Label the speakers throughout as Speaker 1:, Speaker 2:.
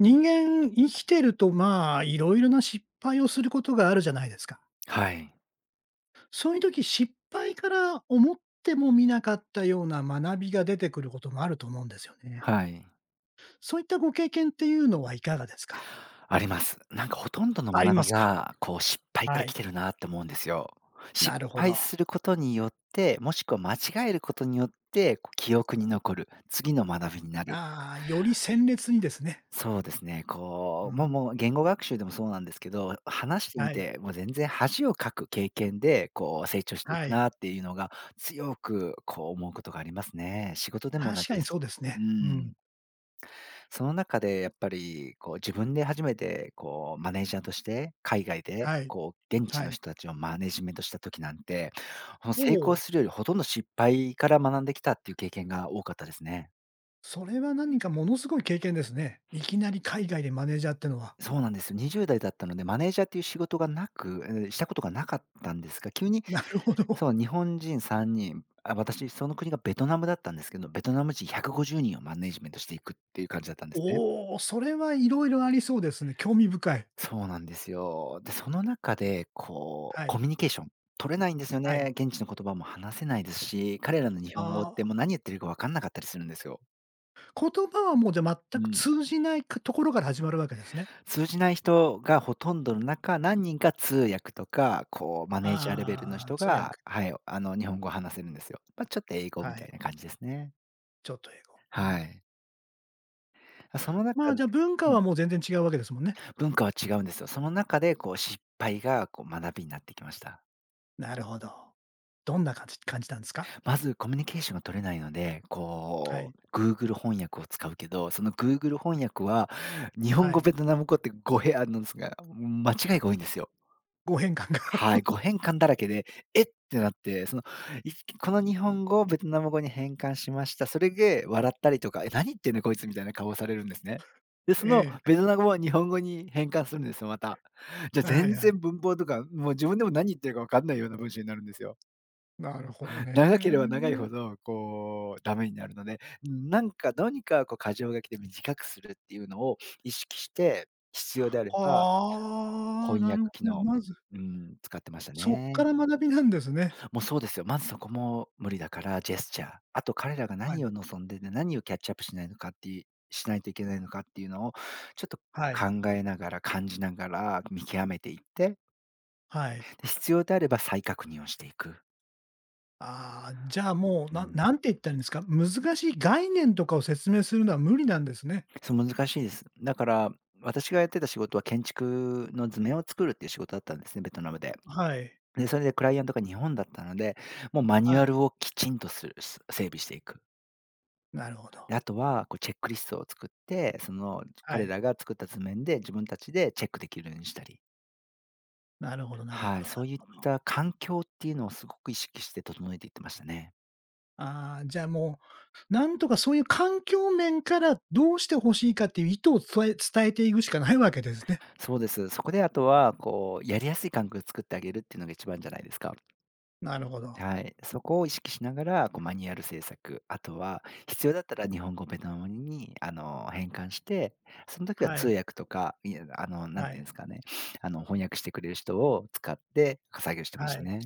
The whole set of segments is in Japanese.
Speaker 1: 人間、生きてると、まあ、いろいろな失敗をすることがあるじゃないですか。
Speaker 2: はい。
Speaker 1: そういう時、失敗から思ってもみなかったような学びが出てくることもあると思うんですよね。
Speaker 2: はい。
Speaker 1: そういったご経験っていうのはいかがですか？
Speaker 2: あります。なんかほとんどの
Speaker 1: あり
Speaker 2: 学
Speaker 1: ま
Speaker 2: び
Speaker 1: すか？
Speaker 2: が、こう失敗か
Speaker 1: は
Speaker 2: ら来
Speaker 1: い。
Speaker 2: てるなって思うんですよ。失
Speaker 1: なるほ
Speaker 2: 敗す
Speaker 1: ど。
Speaker 2: ることによって、もしくは間違えることによって、こう記憶に残る、次の学びになる。
Speaker 1: ああ、より鮮烈にですね。
Speaker 2: そうですね、
Speaker 1: う
Speaker 2: こう、もう
Speaker 1: ん。
Speaker 2: もう言語学習でもそうなんですけど、話してみ
Speaker 1: はい。
Speaker 2: て、もう全然恥をかく経験で、こう成長してい
Speaker 1: は
Speaker 2: く
Speaker 1: い。
Speaker 2: なっていうのが、強くこう思うことがありますね。仕事でも同
Speaker 1: 確
Speaker 2: じ
Speaker 1: か
Speaker 2: で
Speaker 1: にそ
Speaker 2: す。
Speaker 1: うです
Speaker 2: う
Speaker 1: ね。うん。
Speaker 2: ん。その中でやっぱり、こう自分で初めてこうマネージャーとして、海外で
Speaker 1: はい。
Speaker 2: こう現地
Speaker 1: は
Speaker 2: の
Speaker 1: い。
Speaker 2: 人たちをマネジメントした時なんて、
Speaker 1: お
Speaker 2: 成功
Speaker 1: お、
Speaker 2: するよりほとんど失敗から学んできたっていう経験が多かったですね。
Speaker 1: それは何かものすごい経験ですね。いきなり海外でマネージャーってのは。
Speaker 2: そうなんですよ。20代だったので、マネージャーっていう仕事がなくしたことがなかったんですが、急に
Speaker 1: なるほど。
Speaker 2: そう、日本人3人、あ、私その国がベトナムだったんですけど、ベトナム人150人をマネージメントしていくっていう感じだったんですね。
Speaker 1: おお、それはいろいろありそうですね。興味深い。
Speaker 2: そうなんですよ。で、その中で、こう、
Speaker 1: は
Speaker 2: コ
Speaker 1: い、
Speaker 2: ミュニケーション取れないんですよ
Speaker 1: は
Speaker 2: ね。
Speaker 1: い。
Speaker 2: 現地の言葉も話せないですし、彼らの日本語っ
Speaker 1: あ
Speaker 2: て
Speaker 1: あ、
Speaker 2: もう何言ってるか分かんなかったりするんですよ。
Speaker 1: 言葉はもうじゃあ
Speaker 2: う
Speaker 1: 全く
Speaker 2: ん。
Speaker 1: 通じないかところから始まるわけですね。
Speaker 2: 通じない人がほとんどの中、何人か通訳とか、こうマネージャーレベルの
Speaker 1: ああ、
Speaker 2: 人
Speaker 1: 通
Speaker 2: が、
Speaker 1: 訳、
Speaker 2: はい、あの、日本語を話せるんですよ。まあ、ちょっと英語
Speaker 1: は
Speaker 2: みた
Speaker 1: い、
Speaker 2: いな感じですね。
Speaker 1: ちょっと英語。う
Speaker 2: は
Speaker 1: ん。
Speaker 2: い。その
Speaker 1: ま
Speaker 2: 中
Speaker 1: あ、
Speaker 2: で
Speaker 1: じゃあ文化
Speaker 2: うん、
Speaker 1: はもう全然違うわけですもんね。
Speaker 2: 文化は違うんですよ。その中でこう失敗がこう学びになってきました。
Speaker 1: なるほど。どんな感じたんですか？
Speaker 2: まずコミュニケーションが取れないので、
Speaker 1: は
Speaker 2: こ
Speaker 1: い、
Speaker 2: う、Google 翻訳を使うけど、その Google 翻訳は、日本
Speaker 1: は
Speaker 2: 語、
Speaker 1: い。
Speaker 2: ベトナム語って語弊あるんですが、間違いが多いんですよ。
Speaker 1: ご変換が。
Speaker 2: はい、語 変換だらけで、えってなって、その、いこの日本語をベトナム語に変換しました。それで笑ったりとか、え、何言ってんだこいつみたいな顔をされるんですね。で、その
Speaker 1: え
Speaker 2: ベトナム語を日本語に変換するんですよ、また。じゃ、
Speaker 1: え、は
Speaker 2: 全
Speaker 1: いはい。
Speaker 2: 然文法とか、もう自分でも何言ってるか分かんないような文章になるんですよ。
Speaker 1: なるほど
Speaker 2: 長ければ長い
Speaker 1: ね。
Speaker 2: ほど、こう、ダメになるので、なんか、どうにかこう過剰書きで短くするっていうのを意識して、必要であれば、
Speaker 1: ああ、
Speaker 2: 翻
Speaker 1: なる
Speaker 2: 訳
Speaker 1: ほ
Speaker 2: 機
Speaker 1: どね。
Speaker 2: 能、
Speaker 1: まず、
Speaker 2: うん、使ってました
Speaker 1: そっか
Speaker 2: ね。
Speaker 1: ら学びなんですね。
Speaker 2: もうそうですよ。まずそこも無理だから、ジェスチャー。あと彼らが
Speaker 1: は
Speaker 2: 何
Speaker 1: い、
Speaker 2: を望んでて、何をキャッチアップしないといけないのかっていうのを、ちょっと
Speaker 1: はい、
Speaker 2: 考えながら、感じながら見極めていって、
Speaker 1: はい。
Speaker 2: で、必要であれば再確認をしていく。
Speaker 1: ああ、じゃあもう、
Speaker 2: うん。
Speaker 1: 何て言ったらいいんですか、難しい概念とかを説明するのは無理なんですね。
Speaker 2: そう、難しいです。だから、私がやってた仕事は建築の図面を作るっていう仕事だったんですね、ベトナムで。
Speaker 1: はい。
Speaker 2: で、それでクライアントが日本だったので、もうマニュ
Speaker 1: は
Speaker 2: ア
Speaker 1: い。
Speaker 2: ルをきちんとするす整備していく。
Speaker 1: なるほど。
Speaker 2: で、あとはこうチェックリストを作って、その
Speaker 1: は
Speaker 2: 彼
Speaker 1: い。
Speaker 2: らが作った図面で自分たちでチェックできるようにしたり。
Speaker 1: なるほどなるほ
Speaker 2: はい、
Speaker 1: ど。
Speaker 2: そういった環境っていうのをすごく意識して整えていってましたね。
Speaker 1: ああ、じゃあもう、なんとかそういう環境面からどうして欲しいかっていう意図を伝えていくしかないわけですね。
Speaker 2: そうです。そこであとは、こう、やりやすい環境を作ってあげるっていうのが一番じゃないですか。
Speaker 1: なるほど。
Speaker 2: はい、そこを意識しながら、こうマニュアル制作、あとは必要だったら日本語、ベトナム語に変換して、その時は
Speaker 1: は
Speaker 2: 通
Speaker 1: い。
Speaker 2: 訳とか、いやなん
Speaker 1: は
Speaker 2: てい
Speaker 1: い。
Speaker 2: うんですかね、あの翻訳してくれる人を使って作業してま
Speaker 1: は
Speaker 2: した
Speaker 1: い。
Speaker 2: ね。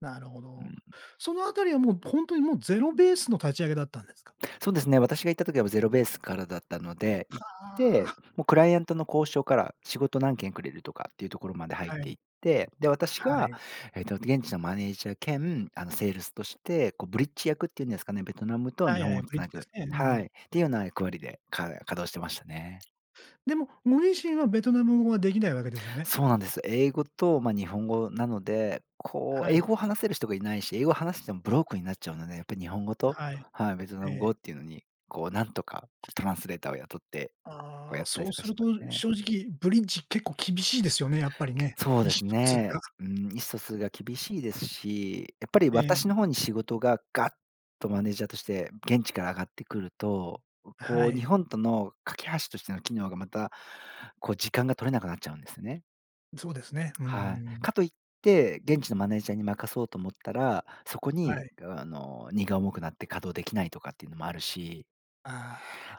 Speaker 1: なるほ
Speaker 2: う
Speaker 1: ど。
Speaker 2: ん。
Speaker 1: そのあたりはもう本当にもうゼロベースの立ち上げだったんですか？
Speaker 2: そうですね、私が行った時はゼロベースからだったので、行って、
Speaker 1: あ
Speaker 2: もうクライアントの交渉から仕事何件くれるとかっていうところまで入っ
Speaker 1: あ、は
Speaker 2: て
Speaker 1: い。
Speaker 2: いって、で、私
Speaker 1: は
Speaker 2: が、
Speaker 1: い。
Speaker 2: 現地のマネージャー兼、あの、セールスとして、こう、ブリッジ役っていうんですかね、ベトナムと
Speaker 1: は
Speaker 2: 日
Speaker 1: い
Speaker 2: 本
Speaker 1: はい、
Speaker 2: を
Speaker 1: ブ
Speaker 2: つ
Speaker 1: リッ
Speaker 2: な
Speaker 1: ジで
Speaker 2: ぐ。
Speaker 1: すね。う
Speaker 2: はい。
Speaker 1: ん。
Speaker 2: っていうような役割で、稼働してましたね。
Speaker 1: でも、ご自身はベトナム語はできないわけですよね？
Speaker 2: そうなんです。英語と、まあ、日本語なので、こう、
Speaker 1: はい、
Speaker 2: 英語を話せる人がいないし、英語を話してもブロックになっちゃうので、やっぱり日本語と、
Speaker 1: はい、
Speaker 2: はい、ベトナ
Speaker 1: え
Speaker 2: ム語
Speaker 1: え。
Speaker 2: っていうのに、こう、なんとか、こう、トランスレーターを雇ってこう
Speaker 1: あ
Speaker 2: や
Speaker 1: あ、
Speaker 2: ったり
Speaker 1: そう
Speaker 2: とか
Speaker 1: す
Speaker 2: し
Speaker 1: ると
Speaker 2: ますね。
Speaker 1: 正直ブリッジ結構厳しいですよね、やっぱりね。
Speaker 2: そう
Speaker 1: 意思
Speaker 2: です
Speaker 1: 疎通
Speaker 2: ね。
Speaker 1: が。
Speaker 2: うん、意思疎通が厳しいですし、やっぱり
Speaker 1: ええ、
Speaker 2: 私の方に仕事がガッとマネージャーとして現地から上がってくると、
Speaker 1: は
Speaker 2: こう日
Speaker 1: い、
Speaker 2: 本との架け橋としての機能がまた、こう時間が取れなくなっちゃうんですよね。
Speaker 1: そうですね。うー
Speaker 2: はい。
Speaker 1: ん、
Speaker 2: かといって、現地のマネージャーに任そうと思ったら、そこ
Speaker 1: は
Speaker 2: に
Speaker 1: い。
Speaker 2: あの荷が重くなって稼働できないとかっていうのもあるし。
Speaker 1: あ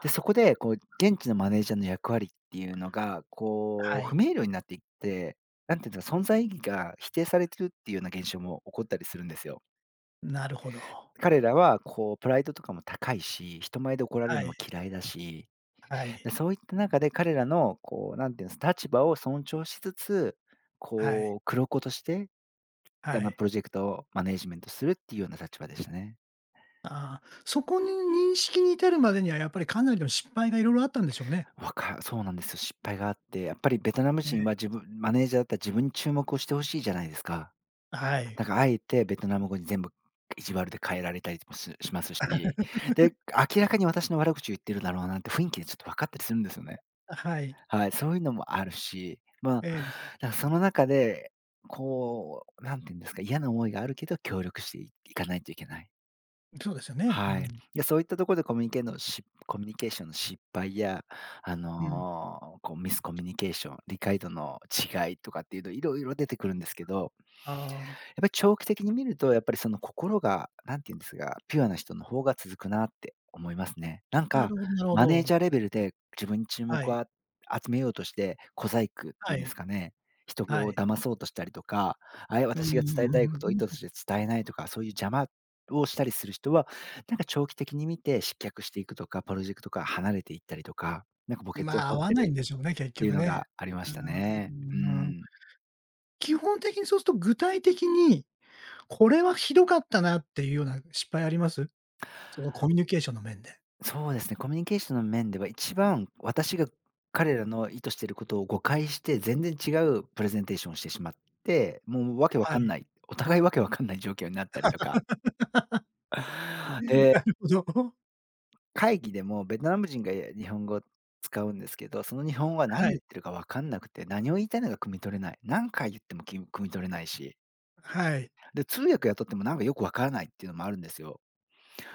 Speaker 2: で、そこで、こう、現地のマネージャーの役割っていうのが、
Speaker 1: は
Speaker 2: こう、
Speaker 1: い、
Speaker 2: 不明瞭になっていって、なんていうんですか、存在意義が否定されてるっていうような現象も起こったりするんですよ。
Speaker 1: なるほど。
Speaker 2: 彼らは、こう、プライドとかも高いし、人前で怒られる
Speaker 1: は
Speaker 2: の
Speaker 1: い、
Speaker 2: も嫌いだし、
Speaker 1: は
Speaker 2: で、
Speaker 1: い、
Speaker 2: そういった中で彼らの、こう、なんていうんですか、立場を尊重しつつ、
Speaker 1: はい、
Speaker 2: こう、黒子として、
Speaker 1: は
Speaker 2: あの、
Speaker 1: い。
Speaker 2: プロジェクトをマネージメントするっていうような立場でしたね。
Speaker 1: ああ、そこに認識に至るまでにはやっぱりかなりの失敗がいろいろあったんでしょうね。
Speaker 2: そうなんですよ。失敗があって、やっぱりベトナム
Speaker 1: え
Speaker 2: 人
Speaker 1: え、
Speaker 2: は自分マネージャーだったら自分に注目をしてほしいじゃないですか。
Speaker 1: はい、
Speaker 2: だからあえてベトナム語に全部意地悪で変えられたりもしますし、で、明らかに私の悪口を言ってるだろうなって雰囲気でちょっと分かったりするんですよね。
Speaker 1: はい、
Speaker 2: はい、そういうのもあるし、まあ、だ
Speaker 1: ええ、
Speaker 2: からその中で、こう、なんていうんですか、嫌な思いがあるけど協力していいかないといけない。
Speaker 1: そうですよね。う
Speaker 2: はい。
Speaker 1: ん、
Speaker 2: で、そういったところでコミュニケーションの失敗や、
Speaker 1: うん、
Speaker 2: こうミスコミュニケーション、理解度の違いとかっていうのいろいろ出てくるんですけど、
Speaker 1: ああ。
Speaker 2: やっぱり長期的に見ると、やっぱりその心が、何て言うんですが、ピュアな人の方が続くなって思いますね。なん
Speaker 1: な
Speaker 2: か、
Speaker 1: るほどなるほ
Speaker 2: マネー
Speaker 1: ど。
Speaker 2: ジャーレベルで自分に注
Speaker 1: は
Speaker 2: 目
Speaker 1: い。
Speaker 2: を集めようとして、小細工ってい
Speaker 1: は
Speaker 2: うんで
Speaker 1: い。
Speaker 2: すかね、人
Speaker 1: は
Speaker 2: を
Speaker 1: い。
Speaker 2: 騙そうとしたりとか、
Speaker 1: うー
Speaker 2: 私が伝えたいことを意図と
Speaker 1: ん。
Speaker 2: して伝えないとか、そういう邪魔をしたりする人は、なんか長期的に見て失脚していくとか、プロジェクトから離れていったりとか、なんか墓穴を
Speaker 1: まあ、
Speaker 2: 掘
Speaker 1: 合
Speaker 2: っ
Speaker 1: わ
Speaker 2: て
Speaker 1: ない
Speaker 2: る
Speaker 1: んでし
Speaker 2: っ
Speaker 1: ょうね、結
Speaker 2: ていう
Speaker 1: 局
Speaker 2: の
Speaker 1: ね。
Speaker 2: がありま
Speaker 1: う
Speaker 2: した
Speaker 1: ー
Speaker 2: ね。う
Speaker 1: ん。
Speaker 2: ーん。
Speaker 1: 基本的にそうすると具体的に、これはひどかったなっていうような失敗あります？そのコミュニケーションの面で。
Speaker 2: そうですね、コミュニケーションの面では一番私が彼らの意図していることを誤解して、全然違うプレゼンテーションをしてしまって、もうわけわ
Speaker 1: は
Speaker 2: かん
Speaker 1: い。
Speaker 2: ない、お互いわけわかんない状況になったりとか。で、
Speaker 1: なるほど。
Speaker 2: 会議でもベトナム人が日本語を使うんですけど、その日本語は何
Speaker 1: は
Speaker 2: 言っ
Speaker 1: い。
Speaker 2: てるかわかんなくて、何を言いたいのか汲み取れない。何回言っても汲み取れないし、
Speaker 1: はい。
Speaker 2: で、通訳雇ってもなんかよくわからないっていうのもあるんですよ。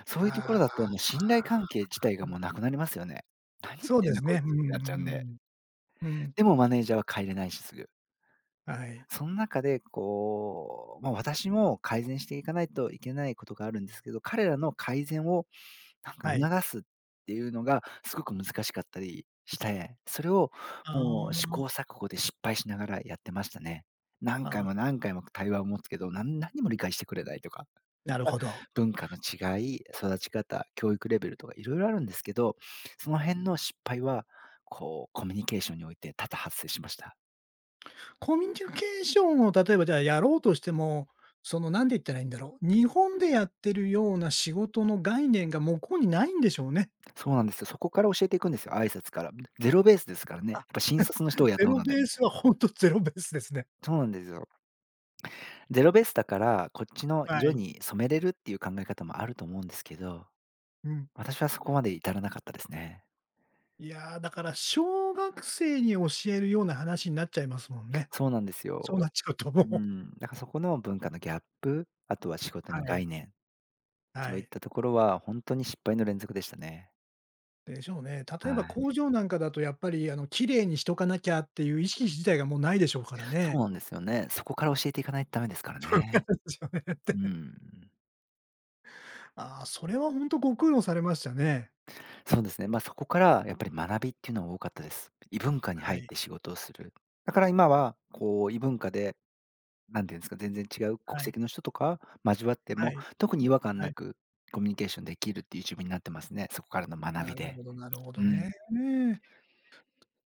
Speaker 2: そういうとこ
Speaker 1: あ
Speaker 2: ろ
Speaker 1: あ、
Speaker 2: だともう信頼関係自体がもうなくなりますよね。何言っ
Speaker 1: そう
Speaker 2: て
Speaker 1: で
Speaker 2: んだ
Speaker 1: す
Speaker 2: こい
Speaker 1: ね。
Speaker 2: つっ
Speaker 1: うん
Speaker 2: てなっちゃうんで。
Speaker 1: うんうん。うん。
Speaker 2: でもマネージャーは帰れないし、すぐ。
Speaker 1: はい。
Speaker 2: その中でこう、まあ、私も改善していかないといけないことがあるんですけど、彼らの改善をなん
Speaker 1: はい。
Speaker 2: か促すっていうのがすごく難しかったりして、それをもう試
Speaker 1: あ
Speaker 2: 行錯誤で失敗しながらやってましたね。何
Speaker 1: あ、
Speaker 2: 回
Speaker 1: あ
Speaker 2: も
Speaker 1: あ、
Speaker 2: 何回も対話を持つけど、何にも理解してくれないとか、
Speaker 1: なる
Speaker 2: あ、
Speaker 1: ほど。
Speaker 2: 文化の違い、育ち方、教育レベルとか色々あるんですけど、その辺の失敗は、こうコミュニケーションにおいて多々発生しました。
Speaker 1: コミュニケーションを例えばじゃあやろうとしても、そのなんて言ったらいいんだろう、日本でやってるような仕事の概念が向こうにないんでしょうね。
Speaker 2: そうなんですよ。そこから教えていくんですよ、挨拶から。ゼロベースですからね。やっ
Speaker 1: あ。
Speaker 2: ぱ新卒の人を
Speaker 1: ゼ
Speaker 2: 雇う
Speaker 1: ロ
Speaker 2: の
Speaker 1: ベ
Speaker 2: で。
Speaker 1: ースはほんとゼロベースですね。
Speaker 2: そうなんですよ。ゼロベースだから、こっちの
Speaker 1: は
Speaker 2: 色
Speaker 1: い。
Speaker 2: に染めれるっていう考え方もあると思うんですけど、
Speaker 1: うん。
Speaker 2: 私はそこまで至らなかったですね。
Speaker 1: いや、だから小学生に教えるような話になっちゃいますもんね。
Speaker 2: そうなんです
Speaker 1: そう
Speaker 2: よ。
Speaker 1: なっちゃうとも
Speaker 2: う
Speaker 1: う、
Speaker 2: ん。だからそこの文化のギャップ、あとは仕事
Speaker 1: は
Speaker 2: の
Speaker 1: い、
Speaker 2: 概念、そ
Speaker 1: は
Speaker 2: ういっ
Speaker 1: い。
Speaker 2: たところは本当に失敗の連続でしたね。
Speaker 1: でしょうね。
Speaker 2: は
Speaker 1: 例えば
Speaker 2: い。
Speaker 1: 工場なんかだとやっぱりあの綺麗にしとかなきゃっていう意識自体がもうないでしょうから
Speaker 2: そう
Speaker 1: ね。
Speaker 2: なんですよね。そこから教えていかないとダメですから
Speaker 1: そうな
Speaker 2: ね。
Speaker 1: んですよねっ
Speaker 2: う
Speaker 1: て。
Speaker 2: ん。
Speaker 1: ああ、それは本当ご苦労されましたね。
Speaker 2: そうですね。ま、そこからやっぱり学びっていうのは多かったです。異文化に
Speaker 1: は
Speaker 2: 入っ
Speaker 1: い、
Speaker 2: て仕事をする。だから今はこう異文化で、何て言うんですか、全然違う国
Speaker 1: はい、
Speaker 2: 籍の人とか交わって
Speaker 1: は
Speaker 2: も、
Speaker 1: い、
Speaker 2: 特に違和感
Speaker 1: は
Speaker 2: な
Speaker 1: い。
Speaker 2: くコミュニケーションできるっていう自分になってますね。そこからの学び
Speaker 1: なる
Speaker 2: で。
Speaker 1: ほどなるほど
Speaker 2: う
Speaker 1: ね。
Speaker 2: ん。
Speaker 1: ねえ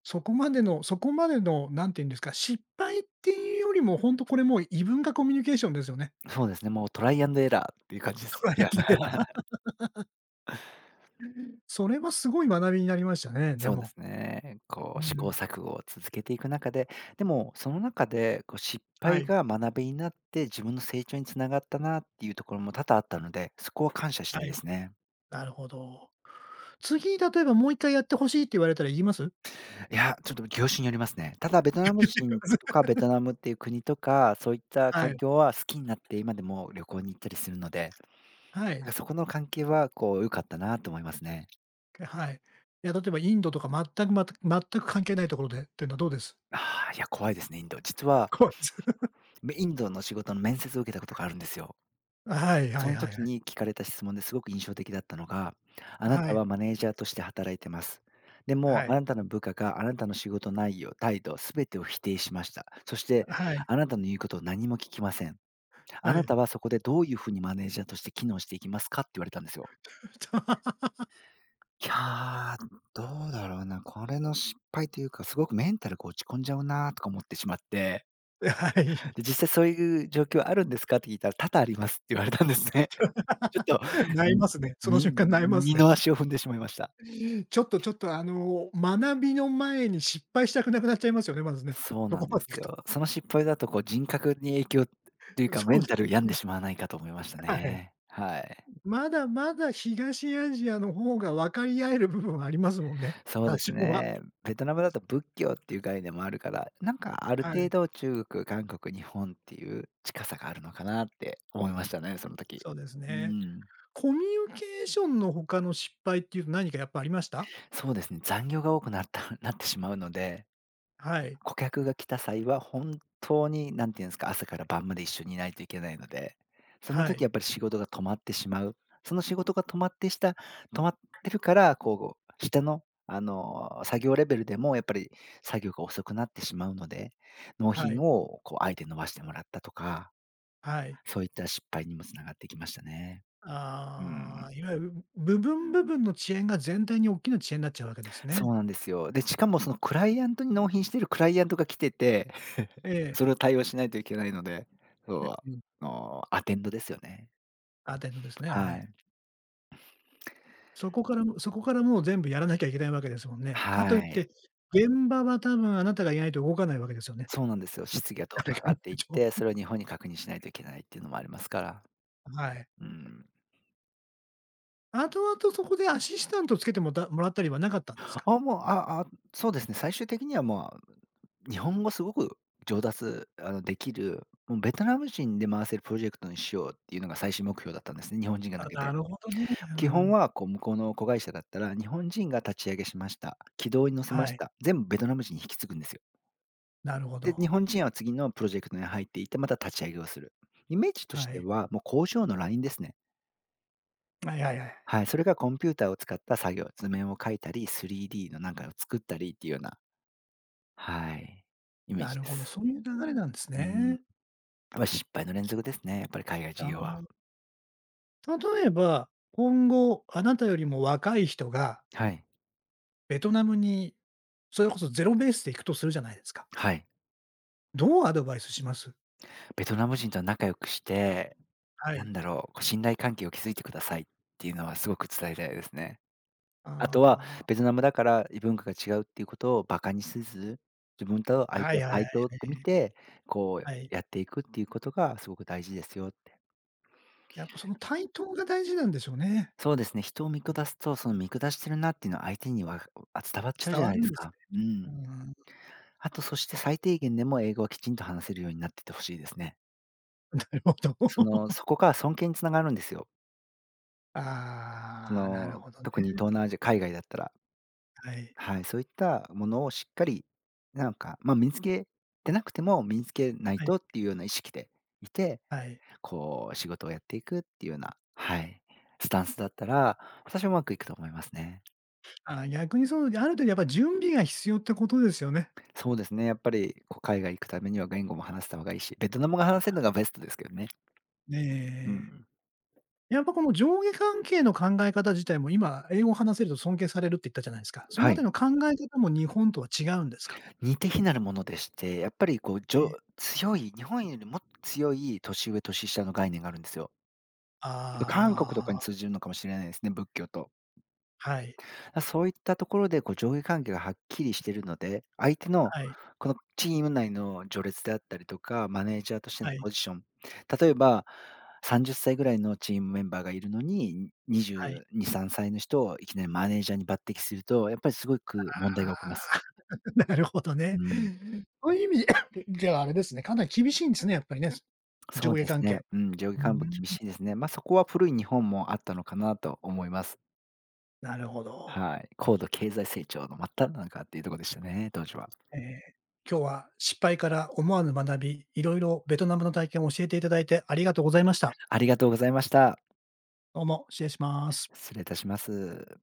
Speaker 1: そこまでのなんていうんですか、失敗っていうよりも、本当これもう異文化コミュニケーションですよね。
Speaker 2: そうですね、もうトライアンドエラーっていう感じで す
Speaker 1: トライア
Speaker 2: ね。
Speaker 1: ンドエラー。それはすごい学びになりましたね、で
Speaker 2: そうで
Speaker 1: も。
Speaker 2: すね。
Speaker 1: う
Speaker 2: こう試行
Speaker 1: ん、
Speaker 2: 錯誤を続けていく中で、でもその中でこう失
Speaker 1: は
Speaker 2: 敗
Speaker 1: い、
Speaker 2: が学びになって、自分の成長につながったなっていうところも多々あったので、そこは感謝した
Speaker 1: は
Speaker 2: い
Speaker 1: い。
Speaker 2: で すね。
Speaker 1: なるほど。次、例えばもう1回やってほしいって言われたら言います？
Speaker 2: いや、ちょっと業種によりますね。ただベトナ ム
Speaker 1: 言い
Speaker 2: 人
Speaker 1: ま
Speaker 2: と
Speaker 1: す
Speaker 2: かベトナムっていう国とか、そういっ た
Speaker 1: は
Speaker 2: 環
Speaker 1: い、
Speaker 2: 境は好きになって今でも旅行に行ったりするので、
Speaker 1: は
Speaker 2: な
Speaker 1: い、
Speaker 2: んかそこの関係はこう良かったなと思いますね。
Speaker 1: はい。いや、例えばインドとか全く関係ないところでっていうのはどうです？
Speaker 2: ああ、いや怖いですね、インド。実は
Speaker 1: 怖い。
Speaker 2: インドの仕事の面接を受けたことがあるんですよ。
Speaker 1: はいは
Speaker 2: そ
Speaker 1: い
Speaker 2: の
Speaker 1: はい
Speaker 2: 時
Speaker 1: はい。
Speaker 2: に聞かれた質問ですごく印象的だったのが、あな
Speaker 1: は
Speaker 2: た
Speaker 1: い、
Speaker 2: はマネージャーとして働いてます。でも、
Speaker 1: は
Speaker 2: あ
Speaker 1: い、
Speaker 2: なたの部下があなたの仕事内容、態度、すべてを否定しました。そして、
Speaker 1: はい、
Speaker 2: あなたの言うことを何も聞きません。あ
Speaker 1: は
Speaker 2: な
Speaker 1: い。
Speaker 2: たはそこでどういうふうにマネージャーとして機能していきますかって言われたんですよ。いやー、どうだろうな。これの失敗というか、すごくメンタルが落ち込んじゃうなとか思ってしまって、
Speaker 1: はい。
Speaker 2: で、実際そういう状況あるんですかって聞いたら、多々ありますって言われたんですね。ちょっと、
Speaker 1: 泣い
Speaker 2: ん
Speaker 1: ますね。その瞬間泣います
Speaker 2: 二
Speaker 1: ね。
Speaker 2: の足を踏んでしまいました。
Speaker 1: ちょっとちょっとあの、学びの前に失敗したくなくなっちゃいますよね、まずね。
Speaker 2: そう
Speaker 1: そ
Speaker 2: な
Speaker 1: こ
Speaker 2: んで
Speaker 1: まで行
Speaker 2: す
Speaker 1: く
Speaker 2: よ。
Speaker 1: と。
Speaker 2: その失敗だとこう人格に影響っていう か、
Speaker 1: そ
Speaker 2: メ
Speaker 1: う
Speaker 2: ン
Speaker 1: で
Speaker 2: タ
Speaker 1: す
Speaker 2: ル病んで
Speaker 1: ね。
Speaker 2: しまわないかと思いました
Speaker 1: はい。
Speaker 2: ね。はい。
Speaker 1: まだまだ東アジアの方が分かり合える部分はありますもんね、
Speaker 2: そう
Speaker 1: 多
Speaker 2: です
Speaker 1: 少は。
Speaker 2: ね。ベトナムだと仏教っていう概念もあるから、なんかある
Speaker 1: は
Speaker 2: 程
Speaker 1: い、
Speaker 2: 度中国、韓国、日本っていう近さがあるのかなって思いましたね、その時。
Speaker 1: そうです
Speaker 2: う
Speaker 1: ね。
Speaker 2: ん。
Speaker 1: コミュニケーションの他の失敗っていうと何かやっぱありました？
Speaker 2: そうですね、残業が多くなってしまうので
Speaker 1: はい、
Speaker 2: 顧客が来た際は、本当に何て言うんですか、朝から晩まで一緒にいないといけないので、その
Speaker 1: は
Speaker 2: 時
Speaker 1: い、
Speaker 2: やっぱり仕事が止まってしまう。その仕事が止まってるから、こう、下の、あの、作業レベルでもやっぱり作業が遅くなってしまうので、納
Speaker 1: は
Speaker 2: 品
Speaker 1: い、
Speaker 2: をこう、あえて延ばしてもらったとか、
Speaker 1: はい。
Speaker 2: そういった失敗にもつながってきましたね。う
Speaker 1: あ
Speaker 2: ん。
Speaker 1: あ、いわゆる部分部分の遅延が全体に大きな遅延になっちゃうわけですね。
Speaker 2: そうなんですよ。で、しかもそのクライアントに納品してるクライアントが来てて
Speaker 1: え え。
Speaker 2: それを対応しないといけないので、そ
Speaker 1: え、
Speaker 2: う、あ
Speaker 1: うん。
Speaker 2: の、アテンドですよね。
Speaker 1: アテンドですね、は
Speaker 2: はい。
Speaker 1: い。そこからもう全部やらなきゃいけないわけですもんね。か
Speaker 2: は
Speaker 1: といっ
Speaker 2: い。
Speaker 1: て、現場は多分あなたがいないと動かないわけですよね。
Speaker 2: そうなんですよ。質疑が どんど
Speaker 1: 誰
Speaker 2: ん上
Speaker 1: か
Speaker 2: が
Speaker 1: いない
Speaker 2: っていっ
Speaker 1: と。
Speaker 2: て、それを日本に確認しないといけないっていうのもありますから。
Speaker 1: はい。
Speaker 2: うん。
Speaker 1: 後々そこでアシスタントつけてもらったりはなかったんですか？
Speaker 2: あ、もう、ああ、そうですね、最終的にはもう、日本語すごく上達、あの、できる、もうベトナム人で回せるプロジェクトにしようっていうのが最終目標だったんですね、日本人が抜
Speaker 1: あ、
Speaker 2: け
Speaker 1: な
Speaker 2: て。
Speaker 1: るほどね。う
Speaker 2: 基本
Speaker 1: ん。
Speaker 2: は、こう、向こうの子会社だったら、日本人が立ち上げしました。軌道に乗せま
Speaker 1: は
Speaker 2: し
Speaker 1: い。
Speaker 2: た。全部ベトナム人に引き継ぐんですよ。
Speaker 1: なるほ
Speaker 2: で、
Speaker 1: ど。
Speaker 2: 日本人は次のプロジェクトに入っていて、また立ち上げをする。イメージとし
Speaker 1: は
Speaker 2: て
Speaker 1: い。
Speaker 2: は、もう工場のラインですね。
Speaker 1: はいはいはい。
Speaker 2: はい、それがコンピューターを使った作業、図面を描いたり、3D のなんかを作ったりっていうような、はい、イメー
Speaker 1: な
Speaker 2: ジ
Speaker 1: る
Speaker 2: で
Speaker 1: ほど、
Speaker 2: す。
Speaker 1: そういう流れなんです
Speaker 2: うん、
Speaker 1: ね。
Speaker 2: ま、失敗の連続ですね、やっぱり海外
Speaker 1: あ
Speaker 2: 事業は。
Speaker 1: あ。例えば、今後あなたよりも若い人が
Speaker 2: はい。
Speaker 1: ベトナムに、それこそゼロベースで行くとするじゃないですか。
Speaker 2: はい。
Speaker 1: どうアドバイスします
Speaker 2: ベトナム人とは仲良くして、
Speaker 1: は
Speaker 2: な
Speaker 1: い。
Speaker 2: んだろう、こう信頼関係を築いてくださいっていうのはすごく伝えたいですね。あとは、
Speaker 1: あ
Speaker 2: ベトナムだから異文化が違うっていうことをバカにせず、自分と
Speaker 1: あ、
Speaker 2: 相
Speaker 1: は
Speaker 2: 手
Speaker 1: い
Speaker 2: を
Speaker 1: はいは
Speaker 2: 対
Speaker 1: い。
Speaker 2: 等って見て、こう
Speaker 1: はい。
Speaker 2: やっていくっていうことがすごく大事ですよって。
Speaker 1: やっぱその対等が大事なんでしょうね。
Speaker 2: そうですね、人を見下すと、その見下してるなっていうのは相手には伝わっちゃう
Speaker 1: 伝
Speaker 2: じゃ
Speaker 1: わ
Speaker 2: ない
Speaker 1: る
Speaker 2: で
Speaker 1: ん
Speaker 2: す
Speaker 1: です
Speaker 2: か。う
Speaker 1: ね。うー
Speaker 2: ん。
Speaker 1: ん、な
Speaker 2: あとそして最低限でも英語はきちんと話せるようになってってほしいですね。
Speaker 1: るほど。
Speaker 2: その、そこが尊敬につながるんですよ。そ
Speaker 1: ああ、なる
Speaker 2: の、
Speaker 1: ほどね。
Speaker 2: 特に東南アジア、海外だったら。
Speaker 1: はい。
Speaker 2: はい、そういったものをしっかり、なんか、まあ、身につけてなくても、身につけない
Speaker 1: はい。
Speaker 2: とっていうような意識でいて、
Speaker 1: はい。
Speaker 2: こう仕事をやっていくっていうような、はい、スタンスだったら、私はうまくいくと思いますね。
Speaker 1: あー逆にその、ある程度やっぱ準備が必要ってことですよね。
Speaker 2: そうですね、やっぱりこう海外行くためには言語も話せた方がいいし、ベトナムが話せるのがベストですけどね。
Speaker 1: ね
Speaker 2: う
Speaker 1: え。
Speaker 2: ん。
Speaker 1: やっぱこの上下関係の考え方自体も今、英語を話せると尊敬されるって言ったじゃないですか。その
Speaker 2: は
Speaker 1: あたり
Speaker 2: い。
Speaker 1: の考え方も日本とは違うんですか？
Speaker 2: 似て非なるものでして、やっぱりこう、じ
Speaker 1: ええ。
Speaker 2: ょ強い、日本よりもっと強い年上、年下の概念があるんですよ。やっぱ韓国とかに通
Speaker 1: あ
Speaker 2: じるのかもしれないですね、仏教と。
Speaker 1: あ、はい、
Speaker 2: あ、そういったところで、こう、上下関係がはっきりしているので、相手の
Speaker 1: はい、
Speaker 2: このチーム内の序列であったりとか、マネージャーとしての
Speaker 1: はい、
Speaker 2: ポジション、例えば30歳ぐらいのチームメンバーがいるのに、
Speaker 1: はい。
Speaker 2: 22、3歳の人をいきなりマネージャーに抜擢すると、やっぱりすごく問題が起きます。
Speaker 1: なるほどね。
Speaker 2: うん、
Speaker 1: そういう意味では あれですね、かなり厳しいんですね、やっぱりね。
Speaker 2: そ
Speaker 1: 上
Speaker 2: う
Speaker 1: 下
Speaker 2: です
Speaker 1: 関
Speaker 2: ね。
Speaker 1: 係。
Speaker 2: うん、上
Speaker 1: うー
Speaker 2: 下幹部
Speaker 1: ん、
Speaker 2: 厳しいですね。まあ、そこは古い日本もあったのかなと思います。
Speaker 1: なるほど。
Speaker 2: はい。高度経済成長の真っ只中っていうところでしたね、当時は。
Speaker 1: ええ、今日は失敗から思わぬ学び、いろいろベトナムの体験を教えていただいてありがとうございました。
Speaker 2: ありがとうございました。
Speaker 1: どうも、失礼します。
Speaker 2: 失礼いたします。